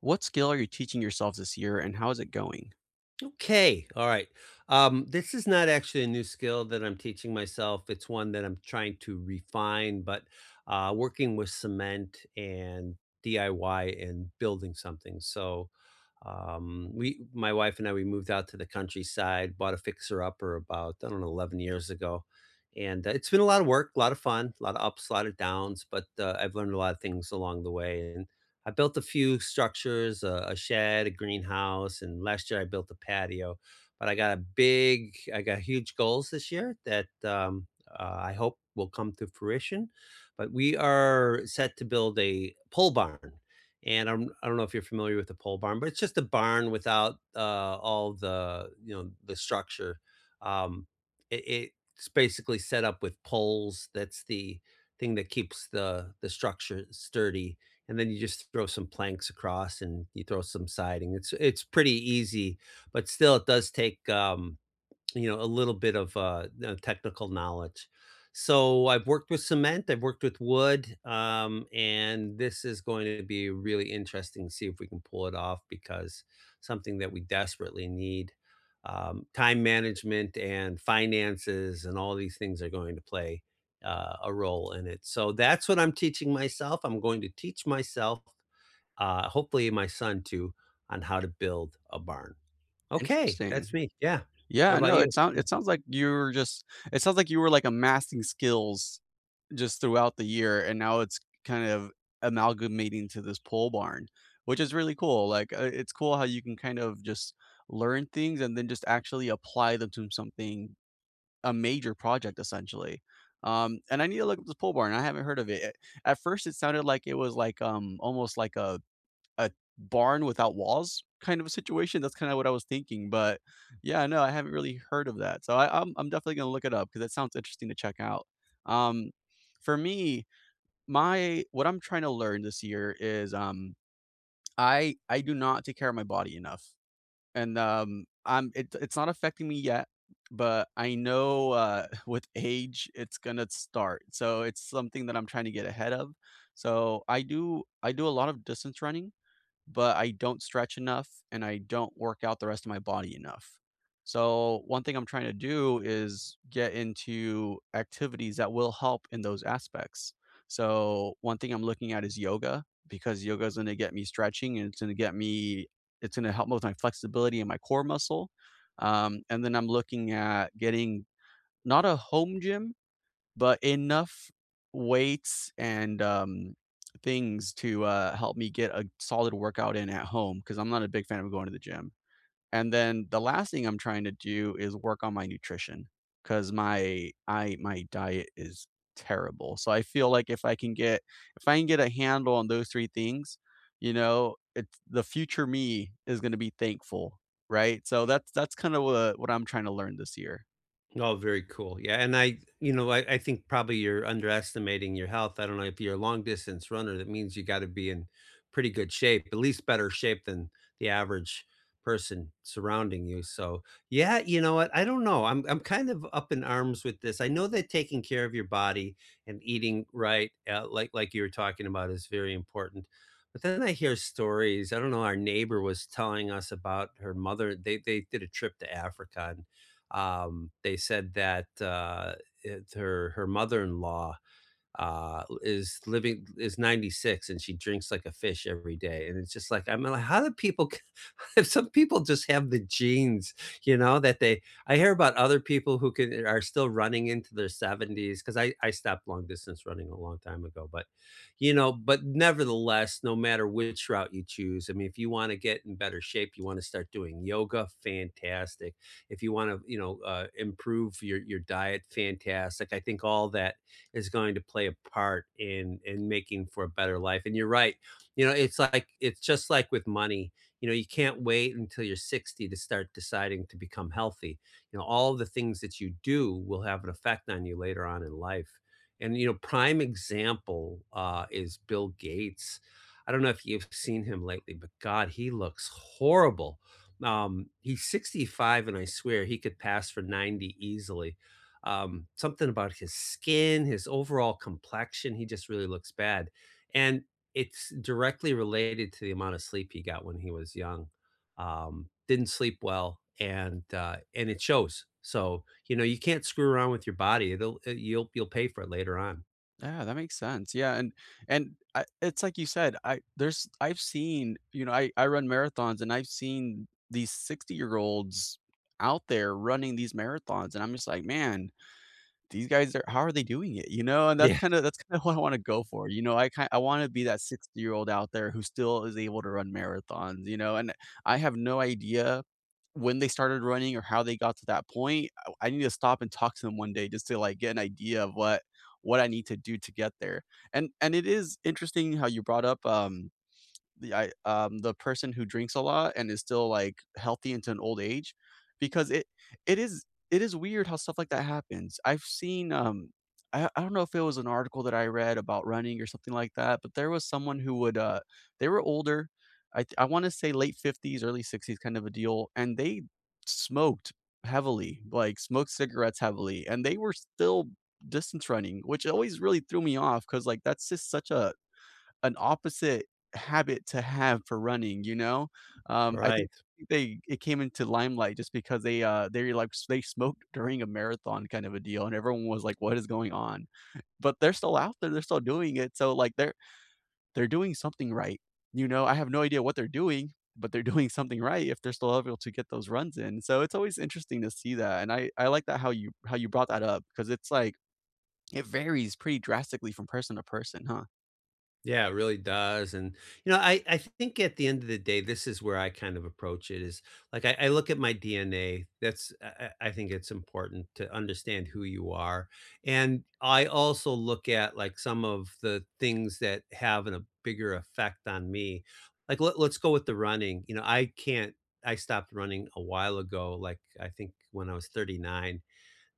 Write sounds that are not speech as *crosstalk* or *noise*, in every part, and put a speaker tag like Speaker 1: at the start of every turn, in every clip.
Speaker 1: What skill are you teaching yourself this year, and how is it going?
Speaker 2: Okay. All right. This is not actually a new skill that I'm teaching myself. It's one that I'm trying to refine, but working with cement and DIY and building something. So my wife and I, we moved out to the countryside, bought a fixer upper about, I don't know, 11 years ago. And it's been a lot of work, a lot of fun, a lot of ups, a lot of downs, but I've learned a lot of things along the way. I built a few structures, a shed, a greenhouse, and last year I built a patio. But I got huge goals this year that I hope will come to fruition. But we are set to build a pole barn. And I don't know if you're familiar with the pole barn, but it's just a barn without all the, you know, the structure. Um, it, it's basically set up with poles. That's the thing that keeps the structure sturdy, and then you just throw some planks across and you throw some siding. It's pretty easy, but still it does take, you know, a little bit of, technical knowledge. So I've worked with cement, I've worked with wood, and this is going to be really interesting to see if we can pull it off because something that we desperately need. Time management and finances and all these things are going to play a role in it. So that's what I'm teaching myself. I'm going to teach myself, hopefully my son too, on how to build a barn. Okay, that's
Speaker 1: Interesting.
Speaker 2: me. Yeah. What
Speaker 1: Yeah,
Speaker 2: about
Speaker 1: no,
Speaker 2: you?
Speaker 1: it sounds like you're just it sounds like you were, like, amassing skills just throughout the year, and now it's kind of amalgamating to this pole barn, which is really cool, like, it's cool how you can kind of just learn things and then just actually apply them to something a major project, essentially. And I need to look up this pole barn, I haven't heard of it. At first, it sounded like it was like, almost like a barn without walls kind of a situation. That's kinda what I was thinking, but yeah, no, I haven't really heard of that. So I'm definitely gonna look it up because that sounds interesting to check out. Um, for me, my what I'm trying to learn this year is, I do not take care of my body enough, and, I'm it it's not affecting me yet, but I know, *laughs* with age, it's gonna start. So it's something that I'm trying to get ahead of. So I do a lot of distance running, but I don't stretch enough and I don't work out the rest of my body enough. So, one thing I'm trying to do is get into activities that will help in those aspects. So, one thing I'm looking at is yoga because yoga is going to get me stretching and it's going to get me, it's going to help with my flexibility and my core muscle. And then I'm looking at getting not a home gym, but enough weights and things to help me get a solid workout in at home because I'm not a big fan of going to the gym. And then the last thing I'm trying to do is work on my nutrition because my diet is terrible. So I feel like if I can get if I can get a handle on those three things, you know, it's the future me is going to be thankful, right? So that's kind of what I'm trying to learn this year.
Speaker 2: Oh, very cool. Yeah, and I think probably you're underestimating your health. I don't know, if you're a long distance runner, that means you gotta be in pretty good shape, at least better shape than the average person surrounding you. So, yeah, you know what? I don't know. I'm kind of up in arms with this. I know that taking care of your body and eating right, like you were talking about is very important. But then I hear stories. I don't know, our neighbor was telling us about her mother. They did a trip to Africa. They said that her mother in law is 96 and she drinks like a fish every day, and it's just like I'm like, how do people *laughs* *laughs* some people just have the genes, you know, that they I hear about other people who can are still running into their 70s because I stopped long distance running a long time ago. But, you know, but nevertheless, no matter which route you choose, I mean, if you want to get in better shape, you want to start doing yoga, fantastic. If you want to, you know, improve your diet, fantastic. I think all that is going to play a part in making for a better life. And you're right. You know, it's like it's just like with money, you know, you can't wait until you're 60 to start deciding to become healthy. You know, all the things that you do will have an effect on you later on in life. And, you know, prime example is Bill Gates. I don't know if you've seen him lately, but God, he looks horrible. He's 65, and I swear he could pass for 90 easily. Something about his skin, his overall complexion, he just really looks bad. And it's directly related to the amount of sleep he got when he was young. Didn't sleep well, and it shows. So, you know, you can't screw around with your body. You'll pay for it later on.
Speaker 1: Yeah, that makes sense. Yeah, and I it's like you said, I've seen, you know, I run marathons and I've seen these 60-year-olds out there running these marathons and I'm just like, "Man, these guys are how are they doing it, you know? And
Speaker 2: Yeah,
Speaker 1: that's kinda *laughs* what I wanna go for, you know? I wanna be that 60-year-old out there who still is able to run marathons, you know? And I have no idea when they started running or how they got to that point. I need to stop and talk to them one day just to, like, get an idea of what I need to do to get there. And it is interesting how you brought up, the I the person who drinks a lot and is still, like, healthy into an old age because it is it is weird how stuff like that happens. I've seen, I don't know if it was an article that I read about running or something like that, but there was someone who would, they were older. I wanna say late 50s, early 60s kind of a deal, and they smoked heavily, like, smoked cigarettes heavily, and they were still distance running, which always really threw me off because like, that's just such a an opposite habit to have for running, you know? I think
Speaker 2: right.
Speaker 1: they it came into limelight just because they, like, s they smoked during a marathon kind of a deal, and everyone was like, "What is going on?" But they're still out there, they're still doing it, so, like, they're doing something right, you know? I have no idea what they're doing, but they're *laughs* doing something right if they're still able to get those runs in, so it's always interesting to see that, and I like that how you brought that up because it's like, it varies pretty drastically from person to person, huh?
Speaker 2: Yeah, it really does. And you know, I think at the end of the day, this is where I kind of approach it is like I look at my DNA. That's I think it's important to understand who you are. And I also look at like some of the things that have a bigger effect on me. Like let's go with the running. You know, I can't I stopped running a while ago, like I think when I was 39.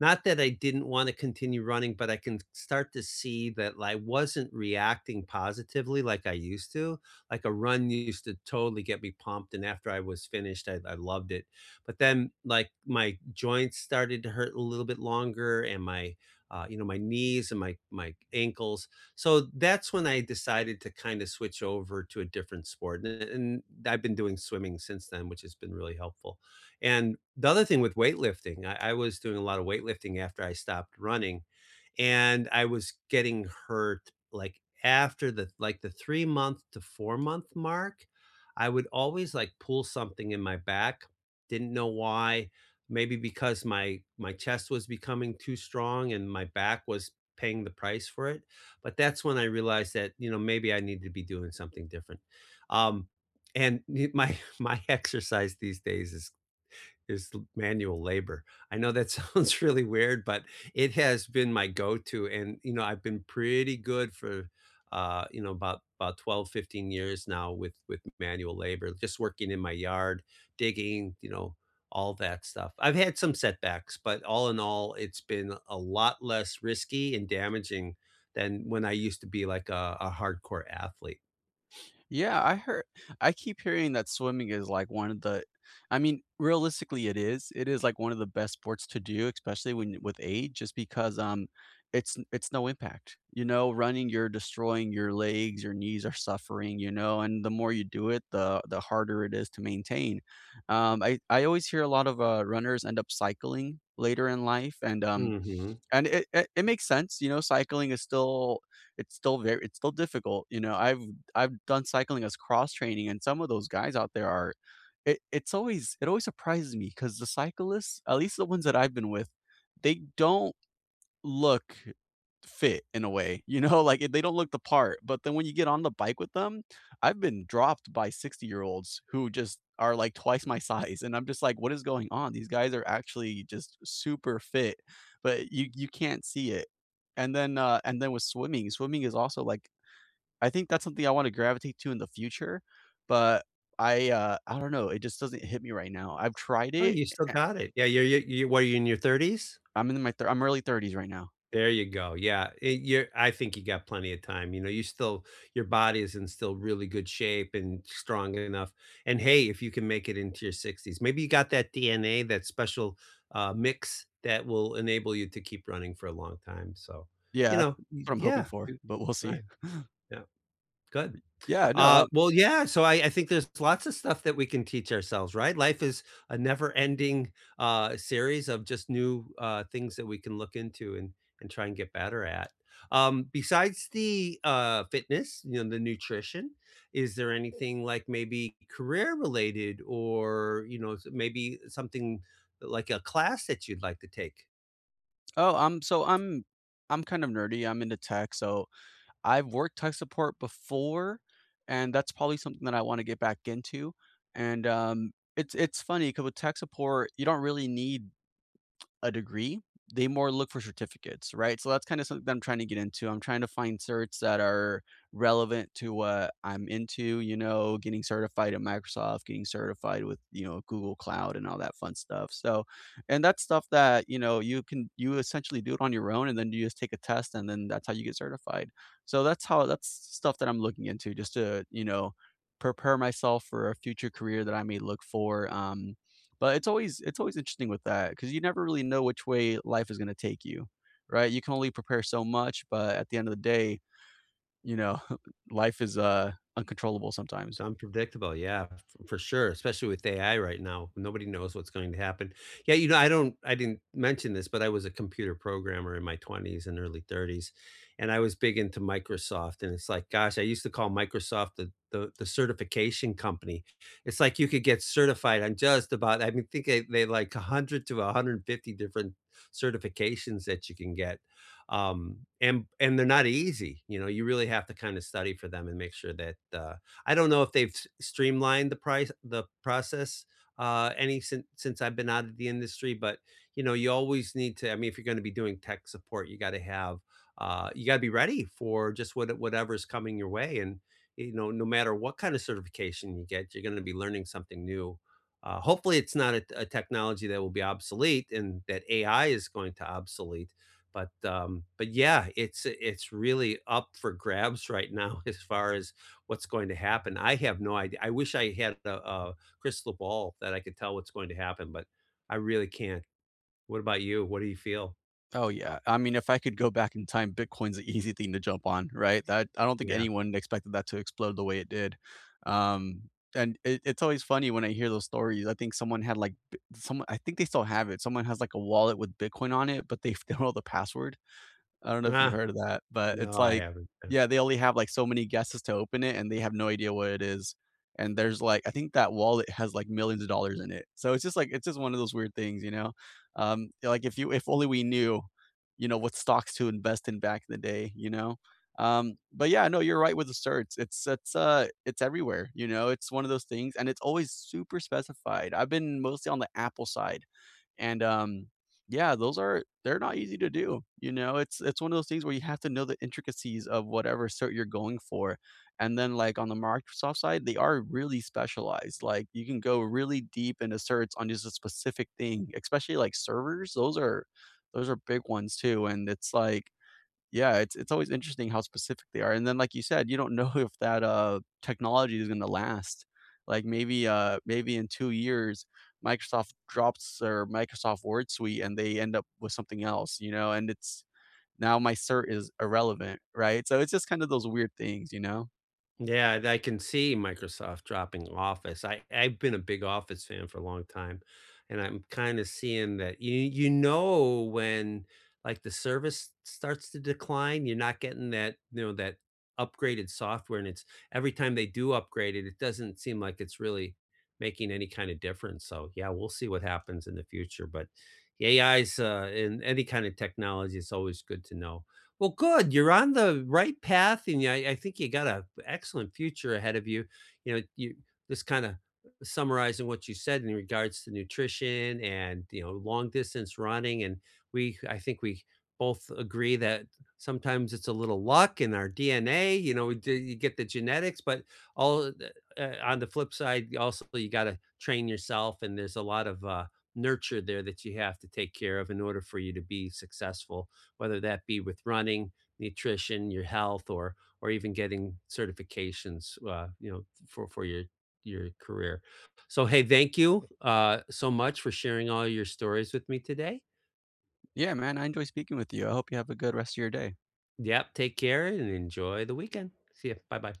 Speaker 2: Not that I didn't wanna continue running, but I can start to see that I wasn't reacting positively like I used to. Like, a run used to totally get me pumped, and after I was finished, I loved it. But then, like, my joints started to hurt a little bit longer and my, you know, my knees and my ankles. So, that's when I decided to kinda switch over to a different sport, and I've been doing swimming since then, which has been really helpful. And the other thing with weightlifting, I was doing a lot of weightlifting after I stopped running, and I was getting hurt, like, after the 3 month to 4 month mark, I would always, like, pull something in my back, didn't know why, maybe because my chest was becoming too strong and my back was paying the price for it, but that's when I realized that, you know, maybe I need to be doing something different. Um, and y My *laughs* my exercise these days is l manual labor. I know that *laughs* sounds really weird, but it has been my go-to, and, you know, I've been pretty good for, you know, about 12, 15 years now with manual labor, just working in my yard, digging, you know, all that stuff. I've had some setbacks, but all in all, it's been a lot less risky and damaging than when I used to be like a hardcore athlete.
Speaker 1: Yeah, I heard I keep hearing that swimming is like one of the I mean, realistically it is. It is like one of the best sports to do, especially when with age, just because it's no impact. You know, running you're destroying your legs, your knees are suffering, you know, and the more you do it, the harder it is to maintain. I always hear a lot of runners end up cycling later in life,
Speaker 2: Mhm.
Speaker 1: and it makes sense, you know, cycling is still it's still very it's still difficult, you know, I've done cycling as cross training and some of those guys out there are it's always it always surprises me because the cyclists, at least the ones that I've been with, they don't look fit in a way, you know, *laughs* like they don't look the part, but then when you get on the bike with them, I've been dropped by 60-year-olds who just are like twice my *laughs* size, and I'm just like, "What is going on?" These guys are actually just super fit, but you can't see it. And then with swimming, swimming is also like I think that's something I wanna gravitate to in the future, but I don't know, it just doesn't hit me right now. I've tried
Speaker 2: Oh,
Speaker 1: it,
Speaker 2: you still
Speaker 1: eh
Speaker 2: got it. Yeah, you what, are you in your 30s?
Speaker 1: I'm in my thir I'm early 30s right now.
Speaker 2: There you go. Yeah, you're I think you got plenty of time. You know, you still your body is in still really good shape and strong enough. And hey, if you can make it into your 60s, maybe you got that DNA, that special mix that will enable you to keep running for a long time. So,
Speaker 1: Yeah,
Speaker 2: you
Speaker 1: that's
Speaker 2: know,
Speaker 1: what I'm hoping for, but we'll see.
Speaker 2: right. Yeah, good.
Speaker 1: Yeah, no,
Speaker 2: Well, yeah. So I think there's lots of stuff that we can teach ourselves, right? Life is a never-ending series of just new things that we can look into and try and get better at. Besides the fitness, you know, the nutrition, is there anything like maybe career-related or you know maybe something like a class that you'd like to take?
Speaker 1: Oh, I'm kind of nerdy, I'm into tech, so I've worked tech support before, and that's probably something that I wanna get back into, and, it's funny because with tech support, you don't really need a degree, they more look for certificates, right? So that's kind of something that I'm trying to get into. I'm trying to find certs that are relevant to what I'm into, you know, getting certified at Microsoft, getting certified with, you know, Google Cloud and all that fun stuff. So, and that's stuff that, you know, you can, you essentially do it on your own and then you just take a test and then that's how you get certified. So that's how, that's stuff that I'm looking into just to, you know, prepare myself for a future career that I may look for. But it's always interesting with that because you never really know which way life is going to take you, right? You can only prepare so much, but at the end of the day, you know, *laughs* life is uncontrollable sometimes.
Speaker 2: Unpredictable, yeah, f for sure, especially with AI right now. Nobody knows what's going to happen. Yeah, you know, I didn't mention this, but I was a computer programmer in my 20s and early 30s, and I was big into Microsoft, and it's like, gosh, I used to call Microsoft the certification company. It's like you could get certified on just about I mean, think they like 100 to 150 different certifications that you can get, and they're not easy, you know, you really have to kinda study for them and make sure that, I don't know if they've streamlined the price, the process, any since I've been out of the industry. But you know, you always need to. I mean, if you're going to be doing tech support, you got to have, you got to be ready for just whatever's coming your way, and you know, no matter what kind of certification you get, you're going to be learning something new. Hopefully, it's not a technology that will be obsolete and that AI is going to obsolete. But yeah, it's really up for grabs right now *laughs* as far as what's going to happen. I have no idea. I wish I had a crystal ball that I could tell what's going to happen, but I really can't. What about you? What do you feel?
Speaker 1: Oh yeah. I mean, if I could go back in time, Bitcoin's the easy thing to jump on, right? That I don't think
Speaker 2: Yeah.
Speaker 1: anyone expected that to explode the way it did. Um, and it's always funny when I hear those stories. I think someone had someone. I think they still have it. Someone has like a wallet with Bitcoin on it, but they *laughs* don't know the password. I don't know if you've
Speaker 2: Ah,
Speaker 1: heard of that, but it's
Speaker 2: no, I
Speaker 1: like
Speaker 2: haven't.
Speaker 1: yeah, they only have, like, so many guesses to open it, and they have no idea what it is, and there's, like I think that wallet has, like, millions of dollars in it. So it's just, like it's just one of those weird things, you know? Like, if you if only we knew, you know, what stocks to invest in back in the day, you know? But yeah, no, you're right with the certs. It's everywhere, you know? It's one of those things, and it's always super specified. I've been mostly on the Apple side. And, yeah, those are they're not easy to do, you know? It's one of those things where you have to know the intricacies of whatever cert you're going for, and then, like, on the Microsoft side, they are really specialized, like, you can go really deep into certs on just a specific thing, especially, like, servers, those are big ones too, and it's like yeah, it's always interesting how specific they are, and then, like you said, you don't know *laughs* if that, technology is gonna last. Like, maybe, maybe in 2 years, Microsoft drops their Microsoft Word suite, and they end up with something else, you know, and it's now my cert is irrelevant, right? So, it's just kind of those weird things, you know?
Speaker 2: Yeah, I can see Microsoft dropping Office. I've been a big Office fan for a long time, and I'm kinda seeing that you know when, like, the service starts to decline, you're not getting that, you know, that upgraded software, and it's every time they do upgrade it, it doesn't seem like it's really making any kind of difference, so, yeah, we'll see what happens in the future, but AI's, in any kind of technology, it's always good to know. Well, good. You're on the right path, and yeah, I think you got an excellent future ahead of you. You know, you just kind of summarizing what you said in regards to nutrition and you know long distance running, and we I think we both agree that sometimes it's a little luck in our DNA. You know, you get the genetics, but all of the- on the flip side, also you got to train yourself, and there's a lot of nurture there that you have to take care of in order for you to be successful whether that be with running, nutrition, your health, or even getting certifications, you know, for your career. So hey, thank you so much for sharing all your stories with me today.
Speaker 1: Yeah, man, I enjoy speaking with you. I hope you have a good rest of your day.
Speaker 2: Yep, take care and enjoy the weekend. See ya. Bye bye.